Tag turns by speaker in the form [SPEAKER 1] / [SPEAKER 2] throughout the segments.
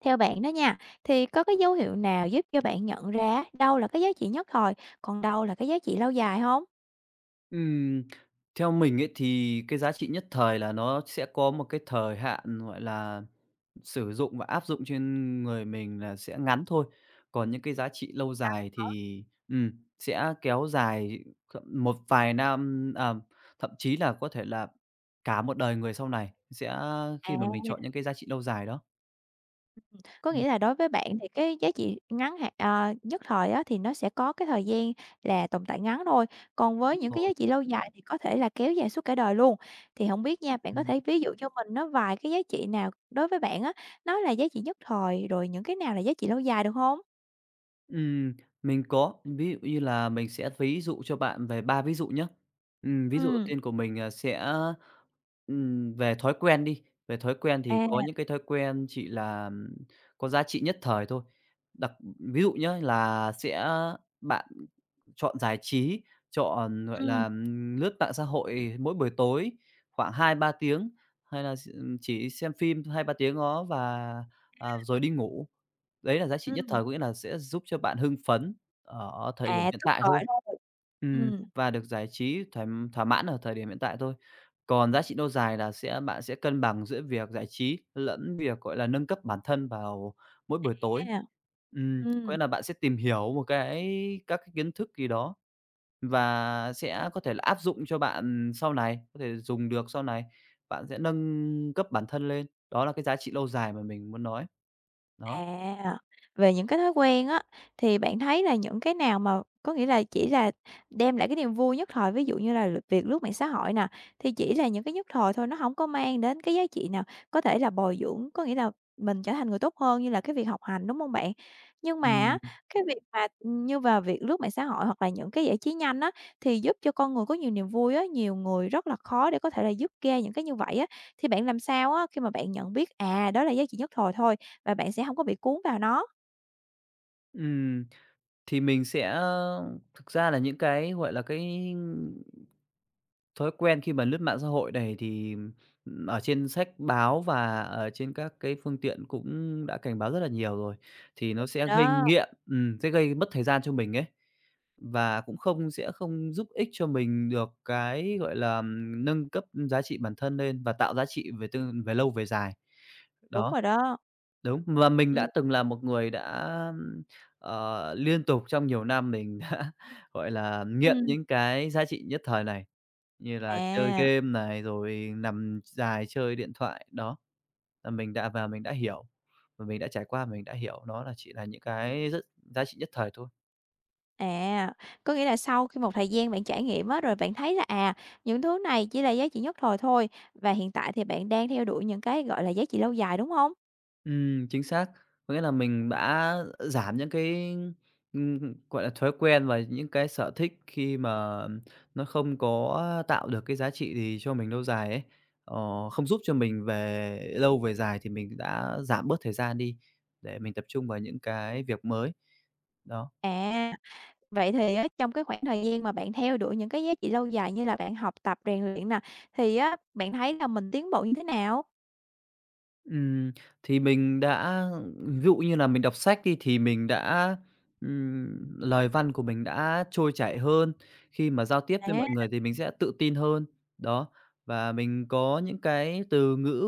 [SPEAKER 1] Theo bạn đó nha, thì có cái dấu hiệu nào giúp cho bạn nhận ra đâu là cái giá trị nhất thời, còn đâu là cái giá trị lâu dài không?
[SPEAKER 2] Ừm, Theo mình ấy thì cái giá trị nhất thời là nó sẽ có một cái thời hạn, gọi là, sử dụng và áp dụng trên người mình là sẽ ngắn thôi. Còn những cái giá trị lâu dài thì, sẽ kéo dài một vài năm, thậm chí là có thể là cả một đời người sau này sẽ
[SPEAKER 1] À,
[SPEAKER 2] khi mà mình chọn những cái giá trị lâu dài đó.
[SPEAKER 1] có
[SPEAKER 2] Ừm,
[SPEAKER 1] nghĩa là đối với bạn thì cái giá trị ngắn hạn nhất thời á thì nó sẽ có cái thời gian là tồn tại ngắn thôi, còn với
[SPEAKER 2] đúng
[SPEAKER 1] những cái
[SPEAKER 2] rồi.
[SPEAKER 1] giá trị lâu dài thì có thể là kéo dài suốt cả đời luôn. Thì không biết nha, bạn có thể ví dụ cho mình nó vài cái giá trị nào đối với bạn á, nó là giá trị nhất thời, rồi những cái nào là giá trị lâu dài được không?
[SPEAKER 2] Ừm, mình có, ví dụ như là mình sẽ ví dụ cho bạn về 3 ví dụ nhé. Ví dụ đầu
[SPEAKER 1] Ừm,
[SPEAKER 2] tiên của mình, về thói quen đi. Về thói quen thì
[SPEAKER 1] à,
[SPEAKER 2] có những cái thói quen chỉ là có giá trị nhất thời thôi. Đặc Ví dụ nhé là bạn chọn giải trí, chọn, gọi là,
[SPEAKER 1] ừ
[SPEAKER 2] lướt mạng xã hội mỗi buổi tối khoảng hai ba tiếng, hay là chỉ xem phim hai ba tiếng đó và, rồi đi ngủ. Đấy là giá trị nhất
[SPEAKER 1] ừ
[SPEAKER 2] thời, có nghĩa là sẽ giúp cho bạn hưng phấn ở thời điểm
[SPEAKER 1] à,
[SPEAKER 2] hiện
[SPEAKER 1] tức
[SPEAKER 2] tại thôi.
[SPEAKER 1] thời thôi. Ừm,
[SPEAKER 2] Và được giải trí thỏa mãn ở thời điểm hiện tại thôi. Còn giá trị lâu dài là sẽ bạn sẽ cân bằng giữa việc giải trí lẫn việc, gọi là, nâng cấp bản thân vào mỗi buổi tối.
[SPEAKER 1] à,
[SPEAKER 2] Có nghĩa
[SPEAKER 1] ừm.
[SPEAKER 2] là bạn sẽ tìm hiểu một cái các cái kiến thức gì đó và sẽ có thể là áp dụng cho bạn sau này, có thể dùng được sau này, bạn sẽ nâng cấp bản thân lên. Đó là cái giá trị lâu dài mà mình muốn nói. Đó.
[SPEAKER 1] À, về những cái thói quen á, thì bạn thấy là những cái nào mà có nghĩa là chỉ là đem lại cái niềm vui nhất thời, ví dụ như là việc lướt mạng xã hội nè, thì chỉ là những cái nhất thời thôi, nó không có mang đến cái giá trị nào có thể là bồi dưỡng, có nghĩa là mình trở thành người tốt hơn như là cái việc học hành, đúng không bạn? Nhưng mà
[SPEAKER 2] Ừm.
[SPEAKER 1] á, cái việc mà như vào việc lướt mạng xã hội hoặc là những cái giải trí nhanh á, thì giúp cho con người có nhiều niềm vui á, nhiều người rất là khó để có thể là dứt ra những cái như vậy á. Thì bạn làm sao á khi mà bạn nhận biết, à, đó là giá trị nhất thời thôi và bạn sẽ hông có bị cuốn vào nó?
[SPEAKER 2] Ừm, thì mình thực ra là những cái, gọi là, thói quen khi mà lướt mạng xã hội này thì, ở trên sách báo và ở trên các cái phương tiện cũng đã cảnh báo rất là nhiều rồi, thì nó
[SPEAKER 1] Rồi
[SPEAKER 2] sẽ gây
[SPEAKER 1] đó,
[SPEAKER 2] nghiện, sẽ gây mất thời gian cho mình ấy, và cũng không giúp ích cho mình được cái, gọi là, nâng cấp giá trị bản thân lên và tạo giá trị về tương về lâu về dài.
[SPEAKER 1] đúng
[SPEAKER 2] Đó.
[SPEAKER 1] rồi đó.
[SPEAKER 2] Đúng, và mình đã
[SPEAKER 1] Ừm,
[SPEAKER 2] từng là một người đã, liên tục trong nhiều năm mình đã, gọi là, nghiện
[SPEAKER 1] ừm.
[SPEAKER 2] những cái giá trị nhất thời này, như là chơi
[SPEAKER 1] À,
[SPEAKER 2] game này, rồi nằm dài chơi điện thoại, đó. Là mình đã và mình đã hiểu, và mình đã trải qua, mình đã hiểu nó là chỉ là những cái rất giá trị nhất thời thôi.
[SPEAKER 1] à, có nghĩa là sau khi một thời gian bạn trải nghiệm á, rồi bạn thấy là, à, những thứ này chỉ là giá trị nhất thời thôi và hiện tại thì bạn đang theo đuổi những cái, gọi là, giá trị lâu dài, đúng hông?
[SPEAKER 2] Chính xác. Có nghĩa là mình đã giảm những cái, gọi là, thói quen và những cái sở thích khi mà nó không có tạo được cái giá trị gì cho mình lâu dài ấy, không giúp cho mình về lâu về dài thì mình đã giảm bớt thời gian đi để mình tập trung vào những cái việc mới. Đó.
[SPEAKER 1] À, vậy thì á trong cái khoảng thời gian mà bạn theo đuổi những cái giá trị lâu dài như là bạn học tập, rèn luyện nè, thì á, bạn thấy là mình tiến bộ như thế nào?
[SPEAKER 2] Ừm, thì mình đã ví dụ như là mình đọc sách đi, thì mình đã lời văn của mình đã trôi chảy hơn, khi mà giao tiếp với
[SPEAKER 1] À,
[SPEAKER 2] mọi người thì mình sẽ tự tin hơn. Đó, và mình có những cái từ ngữ,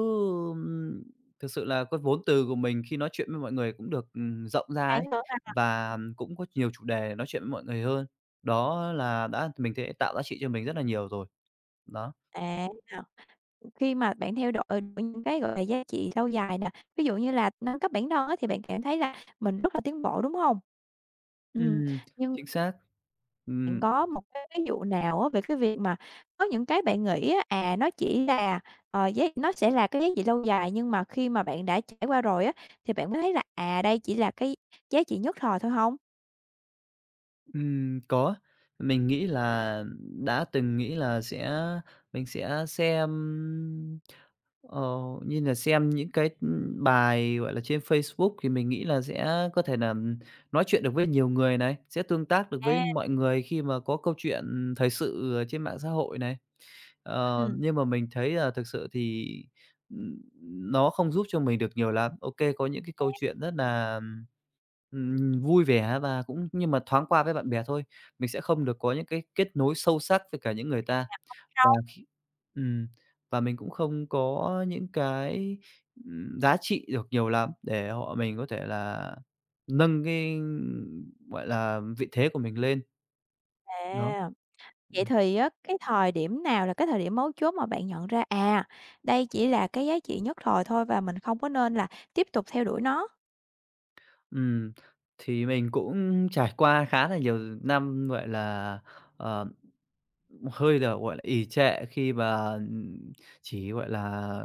[SPEAKER 2] thực sự là cái vốn từ của mình khi nói chuyện với mọi người cũng được, rộng ra
[SPEAKER 1] bạn
[SPEAKER 2] ấy,
[SPEAKER 1] tưởng là
[SPEAKER 2] và cũng có nhiều chủ đề để nói chuyện với mọi người hơn. Đó là đã mình thấy tạo giá trị cho mình rất là nhiều rồi, đó.
[SPEAKER 1] à. Khi mà bạn theo đuổi những cái, gọi là, giá trị lâu dài nè, ví dụ như là nâng cấp bản thân á, thì bạn cảm thấy là mình rất là tiến bộ, đúng không? Ừm,
[SPEAKER 2] Ừm,
[SPEAKER 1] nhưng
[SPEAKER 2] chính xác.
[SPEAKER 1] bạn
[SPEAKER 2] Ừm.
[SPEAKER 1] có một cái ví dụ nào á về cái việc mà có những cái bạn nghĩ á, à, nó chỉ là, giá nó sẽ là cái giá trị lâu dài, nhưng mà khi mà bạn đã trải qua rồi á, thì bạn mới thấy là, à, đây chỉ là cái giá trị nhất thời thôi không?
[SPEAKER 2] Có. Mình nghĩ là đã từng nghĩ là mình sẽ xem, ờ, như nà xem những cái, bài, gọi là, trên Facebook thì mình nghĩ là sẽ có thể nà nói chuyện được với nhiều người này, sẽ tương tác được với
[SPEAKER 1] À,
[SPEAKER 2] mọi người khi mà có câu chuyện thời sự ở trên mạng xã hội này.
[SPEAKER 1] ừm.
[SPEAKER 2] Nhưng mà mình thấy là thực sự thì, ừm, nó không giúp cho mình được nhiều lắm. Ok, có những cái câu chuyện rất là, vui vẻ và cũng nhưng mà thoáng qua với bạn bè thôi, mình sẽ không được có những cái kết nối sâu sắc với cả những người ta. Và
[SPEAKER 1] Sau
[SPEAKER 2] khi ừm, và mình cũng không có những cái, giá trị được nhiều lắm để họ mình có thể là nâng cái, gọi là, vị thế của mình lên, đó.
[SPEAKER 1] à. Vậy thì á, cái thời điểm nào là cái thời điểm mấu chốt mà bạn nhận ra, à, đây chỉ là cái giá trị nhất thời thôi và mình không có nên là tiếp tục theo đuổi nó?
[SPEAKER 2] Ừm, thì mình cũng trải qua khá là nhiều năm, gọi là, ờ, hơi là, gọi là, ì trệ khi mà, chỉ, gọi là,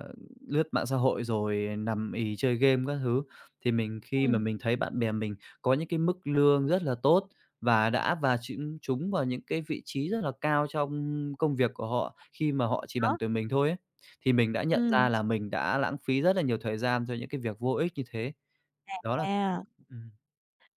[SPEAKER 2] lướt mạng xã hội rồi nằm ì chơi game các thứ. Thì mình khi mà
[SPEAKER 1] Ừm.
[SPEAKER 2] mình thấy bạn bè mình có những cái mức lương rất là tốt và đã và chúng trúng vào những cái vị trí rất là cao trong công việc của họ khi mà họ chỉ bằng
[SPEAKER 1] Đó,
[SPEAKER 2] tuổi mình thôi ấy, thì mình đã nhận
[SPEAKER 1] ừm,
[SPEAKER 2] ra là mình đã lãng phí rất là nhiều thời gian cho những cái việc vô ích như thế. Đó là
[SPEAKER 1] à.
[SPEAKER 2] ừm.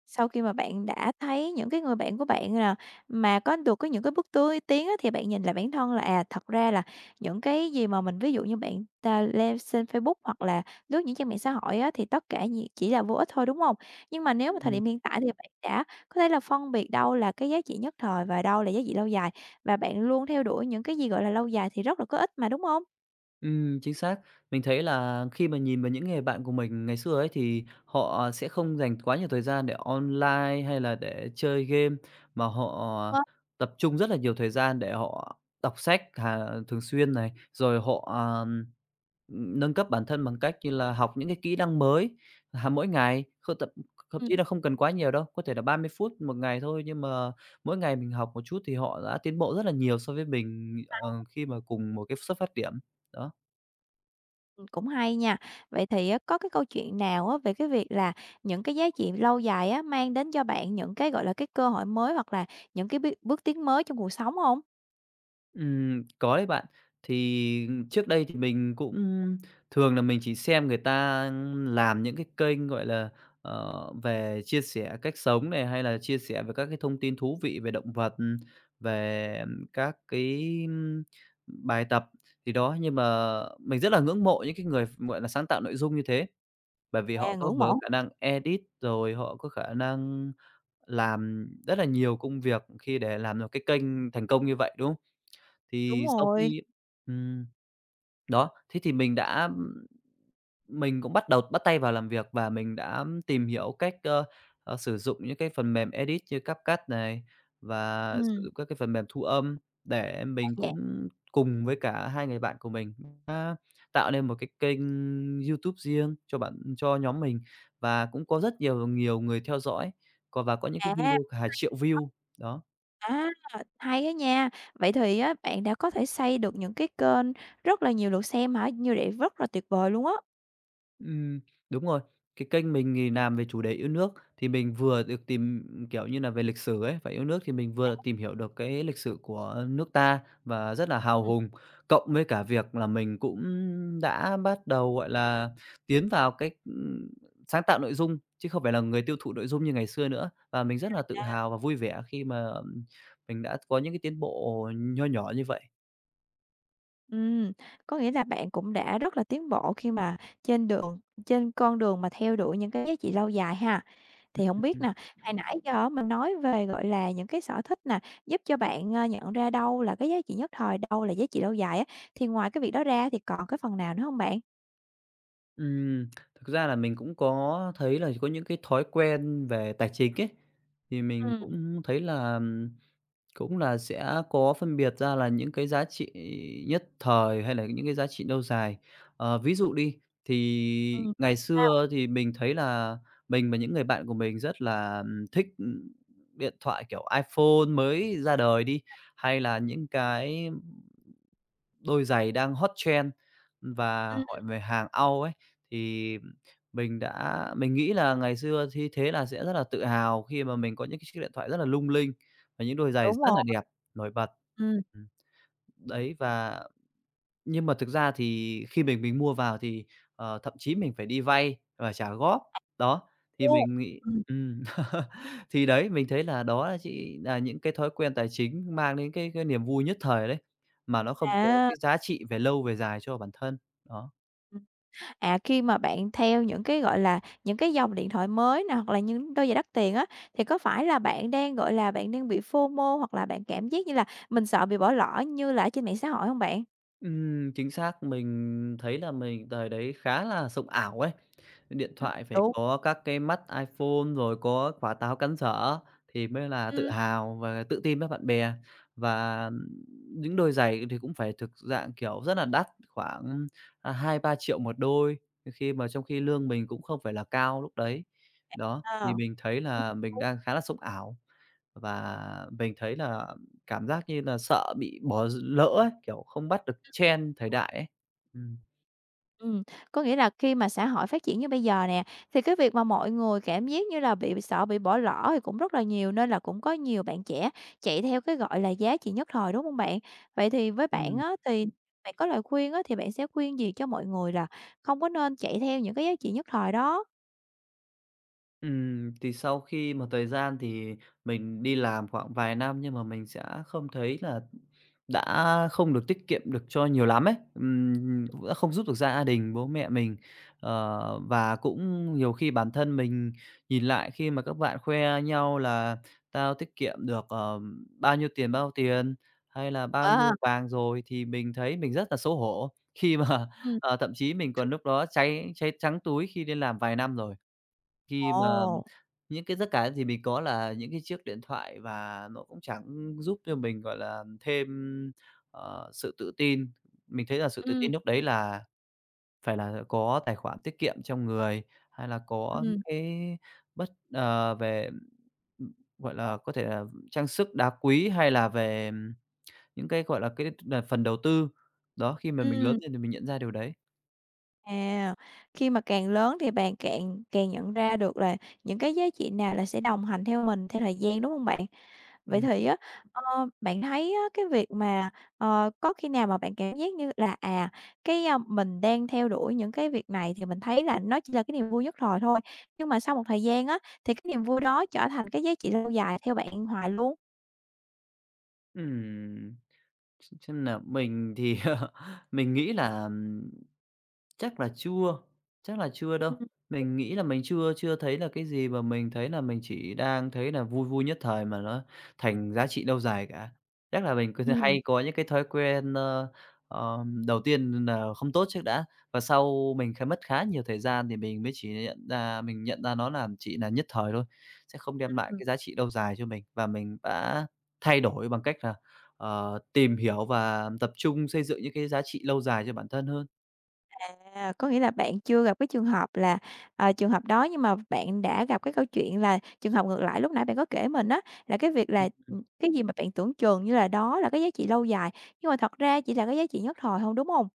[SPEAKER 1] Sau khi mà bạn đã thấy những cái người bạn của bạn nè, mà có được có những cái bước tươi tiến á, thì bạn nhìn lại bản thân là, à, thật ra là những cái gì mà mình ví dụ như bạn ta leo xem Facebook hoặc là lướt những trang mạng xã hội á, thì tất cả nhiệt chỉ là vô ích thôi, đúng không? Nhưng mà nếu
[SPEAKER 2] Ừ.
[SPEAKER 1] mà thời điểm hiện tại thì bạn đã có thể là phân biệt đâu là cái giá trị nhất thời và đâu là giá trị lâu dài, và bạn luôn theo đuổi những cái gì, gọi là, lâu dài thì rất là có ích mà, đúng hông?
[SPEAKER 2] Chính xác. Mình thấy là khi mà nhìn vào những người bạn của mình ngày xưa ấy, thì họ sẽ không dành quá nhiều thời gian để online hay là để chơi game, mà họ tập trung rất là nhiều thời gian để họ đọc sách thường xuyên này, rồi họ, nâng cấp bản thân bằng cách như là học những cái kỹ năng mới hàng mỗi ngày, không tập thậm
[SPEAKER 1] Ừm.
[SPEAKER 2] chí là không cần quá nhiều đâu, có thể là 30 phút một ngày thôi, nhưng mà mỗi ngày mình học một chút thì họ đã tiến bộ rất là nhiều so với mình, khi mà cùng một cái xuất phát điểm. Đó.
[SPEAKER 1] Cũng hay nha. Vậy thì á, có cái câu chuyện nào á, về cái việc là những cái giá trị lâu dài á, mang đến cho bạn những cái, gọi là, cái cơ hội mới hoặc là những cái biết bước tiến mới trong cuộc sống không?
[SPEAKER 2] Có đấy bạn. Thì trước đây thì mình cũng thường là mình chỉ xem người ta làm những cái kênh, gọi là, về chia sẻ cách sống này, hay là chia sẻ về các cái thông tin thú vị về động vật, về các cái bài tập thì đó. Nhưng mà mình rất là ngưỡng mộ những cái người gọi là, sáng tạo nội dung như thế, bởi vì họ
[SPEAKER 1] À,
[SPEAKER 2] có
[SPEAKER 1] ngưỡng
[SPEAKER 2] vừa
[SPEAKER 1] mộ
[SPEAKER 2] khả năng edit, rồi họ có khả năng làm rất là nhiều công việc khi để làm được cái kênh thành công như vậy, đúng không?
[SPEAKER 1] đúng
[SPEAKER 2] Thì sau
[SPEAKER 1] rồi.
[SPEAKER 2] khi ừm, đó, thế thì mình đã mình cũng bắt đầu bắt tay vào làm việc và mình đã tìm hiểu cách, sử dụng những cái phần mềm edit như CapCut này và sử
[SPEAKER 1] Ừm,
[SPEAKER 2] dụng các cái phần mềm thu âm để
[SPEAKER 1] đa
[SPEAKER 2] mình cũng
[SPEAKER 1] dạng
[SPEAKER 2] cùng với cả hai người bạn của mình đã tạo nên một cái kênh YouTube riêng cho bạn cho nhóm mình và cũng có rất nhiều nhiều người theo dõi, còn và có những cái
[SPEAKER 1] à,
[SPEAKER 2] video cả 1.000 view, đó.
[SPEAKER 1] à, hay á nha. Vậy thì á, bạn đã có thể xây được những cái kênh rất là nhiều lượt xem hả? Như vậy rất là tuyệt vời luôn á.
[SPEAKER 2] Ừm, đúng rồi. Cái kênh mình thì làm về chủ đề yêu nước, thì mình vừa được tìm, kiểu như là, về lịch sử ấy, và yêu nước thì mình vừa tìm hiểu được cái lịch sử của nước ta và rất là hào
[SPEAKER 1] Ừm.
[SPEAKER 2] hùng. Cộng với cả việc là mình cũng đã bắt đầu, gọi là, tiến vào cái, sáng tạo nội dung, chứ không phải là người tiêu thụ nội dung như ngày xưa nữa. Và mình rất là tự hào và vui vẻ khi mà, mình đã có những cái tiến bộ nho nhỏ như vậy.
[SPEAKER 1] Ừm, có nghĩa là bạn cũng đã rất là tiến bộ khi mà trên đường trên con đường mà theo đuổi những cái giá trị lâu dài ha. Thì không biết nè, hồi nãy giờ á mình nói về, gọi là, những cái sở thích nè, giúp cho bạn, nhận ra đâu là cái giá trị nhất thời, đâu là giá trị lâu dài á, thì ngoài cái việc đó ra thì còn cái phần nào nữa hông bạn?
[SPEAKER 2] Ừm, thực ra là mình cũng có thấy là có những cái thói quen về tài chính ấy, thì mình
[SPEAKER 1] Ừm.
[SPEAKER 2] cũng thấy là cũng là sẽ có phân biệt ra là những cái giá trị nhất thời hay là những cái giá trị lâu dài. Ví dụ đi, thì
[SPEAKER 1] Ừm,
[SPEAKER 2] ngày
[SPEAKER 1] sao?
[SPEAKER 2] xưa thì mình thấy là mình và những người bạn của mình rất là thích, điện thoại kiểu iPhone mới ra đời đi, hay là những cái đôi giày đang hot trend và
[SPEAKER 1] Ừm,
[SPEAKER 2] hỏi về hàng Âu ấy, thì mình nghĩ là ngày xưa thì thế là sẽ rất là tự hào khi mà mình có những cái chiếc điện thoại rất là lung linh và những đôi giày
[SPEAKER 1] đúng
[SPEAKER 2] rất
[SPEAKER 1] rồi,
[SPEAKER 2] là đẹp, nổi bật.
[SPEAKER 1] ừm,
[SPEAKER 2] Ừm, đấy, và nhưng mà thực ra thì khi mình mua vào thì, thậm chí mình phải đi vay và trả góp. Đó, thì mình nghĩ
[SPEAKER 1] ừm,
[SPEAKER 2] ừm, thì đấy, mình thấy là đó là chỉ là những cái thói quen tài chính mang đến cái niềm vui nhất thời đấy, mà nó không có
[SPEAKER 1] à,
[SPEAKER 2] cái giá trị về lâu về dài cho bản thân. Đó.
[SPEAKER 1] ừm, à, khi mà bạn theo những cái, gọi là, những cái dòng điện thoại mới nè, hoặc là những đôi giày đắt tiền á, thì có phải là bạn đang, gọi là, bạn đang bị FOMO hoặc là bạn cảm giác như là mình sợ bị bỏ lỡ như là ở trên mạng xã hội hông bạn?
[SPEAKER 2] Chính xác. Mình thấy là mình thời đấy khá là sống ảo ấy. Điện
[SPEAKER 1] Ừm.
[SPEAKER 2] thoại phải
[SPEAKER 1] Đúng,
[SPEAKER 2] có các cái mắt iPhone, rồi có quả táo cắn dở thì mới là tự
[SPEAKER 1] ừm,
[SPEAKER 2] hào và tự tin với bạn bè. Và những đôi giày thì cũng phải thực dạng, kiểu, rất là đắt, khoảng, 2.000.000 một đôi, khi mà trong khi lương mình cũng không phải là cao lúc đấy. Đó,
[SPEAKER 1] ờ,
[SPEAKER 2] thì mình thấy là mình đang khá là sống ảo. Và
[SPEAKER 1] ừm.
[SPEAKER 2] mình thấy là cảm giác như là sợ bị bỏ lỡ ấy, kiểu, không bắt được trend thời đại ấy. Ừm.
[SPEAKER 1] Ừm, có nghĩa là khi mà xã hội phát triển như bây giờ nè, thì cái việc mà mọi người cảm giác như là bị sợ bị bỏ lỡ thì cũng rất là nhiều, nên là cũng có nhiều bạn trẻ chạy theo cái, gọi là, giá trị nhất thời, đúng hông bạn? Vậy thì với bạn
[SPEAKER 2] Ừm.
[SPEAKER 1] á, thì bạn có lời khuyên á, thì bạn sẽ khuyên gì cho mọi người là không có nên chạy theo những cái giá trị nhất thời đó?
[SPEAKER 2] Thì sau khi một thời gian thì mình đi làm khoảng vài năm nhưng mà mình sẽ không thấy là đã không được tiết kiệm được cho nhiều lắm ấy, cũng đã không giúp được gia đình, bố mẹ mình. Và cũng nhiều khi bản thân mình nhìn lại khi mà các bạn khoe nhau là "Tao tiết kiệm được, bao nhiêu tiền, bao tiền" hay là "Bao
[SPEAKER 1] À,
[SPEAKER 2] nhiêu vàng rồi" thì mình thấy mình rất là xấu hổ khi mà,
[SPEAKER 1] ừm,
[SPEAKER 2] thậm chí mình còn lúc đó cháy cháy trắng túi khi đi làm vài năm rồi. Khi mà
[SPEAKER 1] ồ,
[SPEAKER 2] những cái tất cả thì mình có là những cái chiếc điện thoại và nó cũng chẳng giúp cho mình, gọi là, thêm, sự tự tin. Mình thấy là sự tự
[SPEAKER 1] ừm,
[SPEAKER 2] tin lúc đấy là phải là có tài khoản tiết kiệm trong người, hay là có những
[SPEAKER 1] ừm,
[SPEAKER 2] cái bất về, ừm, gọi là, có thể là trang sức đá quý hay là về những cái, gọi là, cái đ phần đầu tư. Đó, khi mà mình lớn
[SPEAKER 1] ừm.
[SPEAKER 2] lên thì mình nhận ra điều đấy.
[SPEAKER 1] À, khi mà càng lớn thì bạn càng càng nhận ra được là những cái giá trị nào là sẽ đồng hành theo mình theo thời gian, đúng không bạn? Vậy
[SPEAKER 2] Ừm.
[SPEAKER 1] thì á, ờ, bạn thấy á, cái việc mà, có khi nào mà bạn cảm giác như là, à, cái, a, mình đang theo đuổi những cái việc này thì mình thấy là nó chỉ là cái niềm vui nhất thời thôi, nhưng mà sau một thời gian á, thì cái niềm vui đó trở thành cái giá trị lâu dài theo bạn hoài luôn?
[SPEAKER 2] Ừm, ch xem nào, mình thì, mình nghĩ là, chắc là chưa, chắc là chưa đâu.
[SPEAKER 1] Ừm,
[SPEAKER 2] Mình nghĩ là mình chưa chưa thấy là cái gì mà mình thấy là mình chỉ đang thấy là vui vui nhất thời mà nó thành giá trị lâu dài cả. Chắc là mình cứ hay có những cái thói quen, đầu tiên là không tốt trước đã, và sau mình mất khá nhiều thời gian thì mình mới chỉ nhận ra mình nhận ra nó là chỉ là nhất thời thôi, sẽ không đem lại
[SPEAKER 1] ừm.
[SPEAKER 2] cái giá trị lâu dài cho mình. Và mình đã thay đổi bằng cách là, tìm hiểu và tập trung xây dựng những cái giá trị lâu dài cho bản thân hơn.
[SPEAKER 1] À, có nghĩa là bạn chưa gặp cái trường hợp là, trường hợp đó, nhưng mà bạn đã gặp cái câu chuyện là trường hợp ngược lại lúc nãy bạn có kể mình á, là cái việc
[SPEAKER 2] Ừm,
[SPEAKER 1] là, cái gì mà bạn tưởng chừng như là đó là cái giá trị lâu dài, nhưng mà thật ra chỉ là cái giá trị nhất thời thôi, đúng không?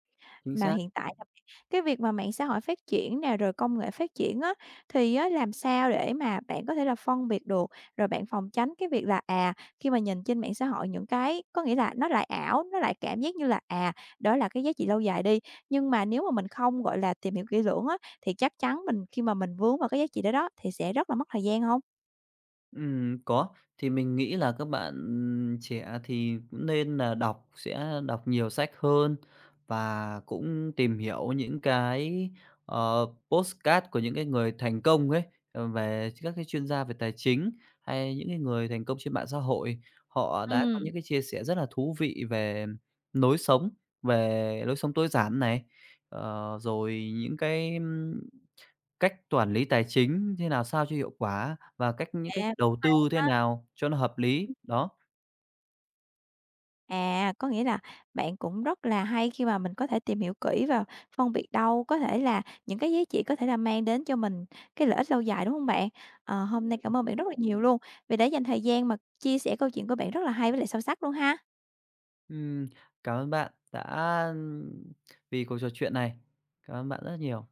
[SPEAKER 2] chính
[SPEAKER 1] Mà
[SPEAKER 2] xác.
[SPEAKER 1] hiện tại là cái việc mà mạng xã hội phát triển nè, rồi công nghệ phát triển á, thì á làm sao để mà bạn có thể là phân biệt được, rồi bạn phòng tránh cái việc là, à, khi mà nhìn trên mạng xã hội những cái có nghĩa là nó lại ảo, nó lại cảm giác như là, à, đó là cái giá trị lâu dài đi, nhưng mà nếu mà mình không, gọi là, tìm hiểu kỹ lưỡng á, thì chắc chắn mình khi mà mình vướng vào cái giá trị đó đó, thì sẽ rất là mất thời gian không?
[SPEAKER 2] Có. Thì mình nghĩ là các bạn, trẻ thì cũng nên là sẽ đọc nhiều sách hơn và cũng tìm hiểu những cái, podcast của những cái người thành công ấy, về các cái chuyên gia về tài chính, hay những cái người thành công trên mạng xã hội. Họ đã có
[SPEAKER 1] Ừm.
[SPEAKER 2] những cái chia sẻ rất là thú vị lối sống, về lối sống tối giản này, rồi những cái, cách quản lý tài chính thế nào sao cho hiệu quả và những cách
[SPEAKER 1] À, hay
[SPEAKER 2] đầu tư thế nào cho nó hợp lý, đó.
[SPEAKER 1] À, có nghĩa là bạn cũng rất là hay khi mà mình có thể tìm hiểu kỹ và phân biệt đâu có thể là những cái giá trị có thể là mang đến cho mình cái lợi ích lâu dài, đúng không bạn? Ờ, hôm nay cảm ơn bạn rất là nhiều luôn vì đã dành thời gian mà chia sẻ câu chuyện của bạn rất là hay với lại sâu sắc luôn ha.
[SPEAKER 2] Ừm, cảm ơn bạn đã vì cuộc trò chuyện này. Cảm ơn bạn rất nhiều.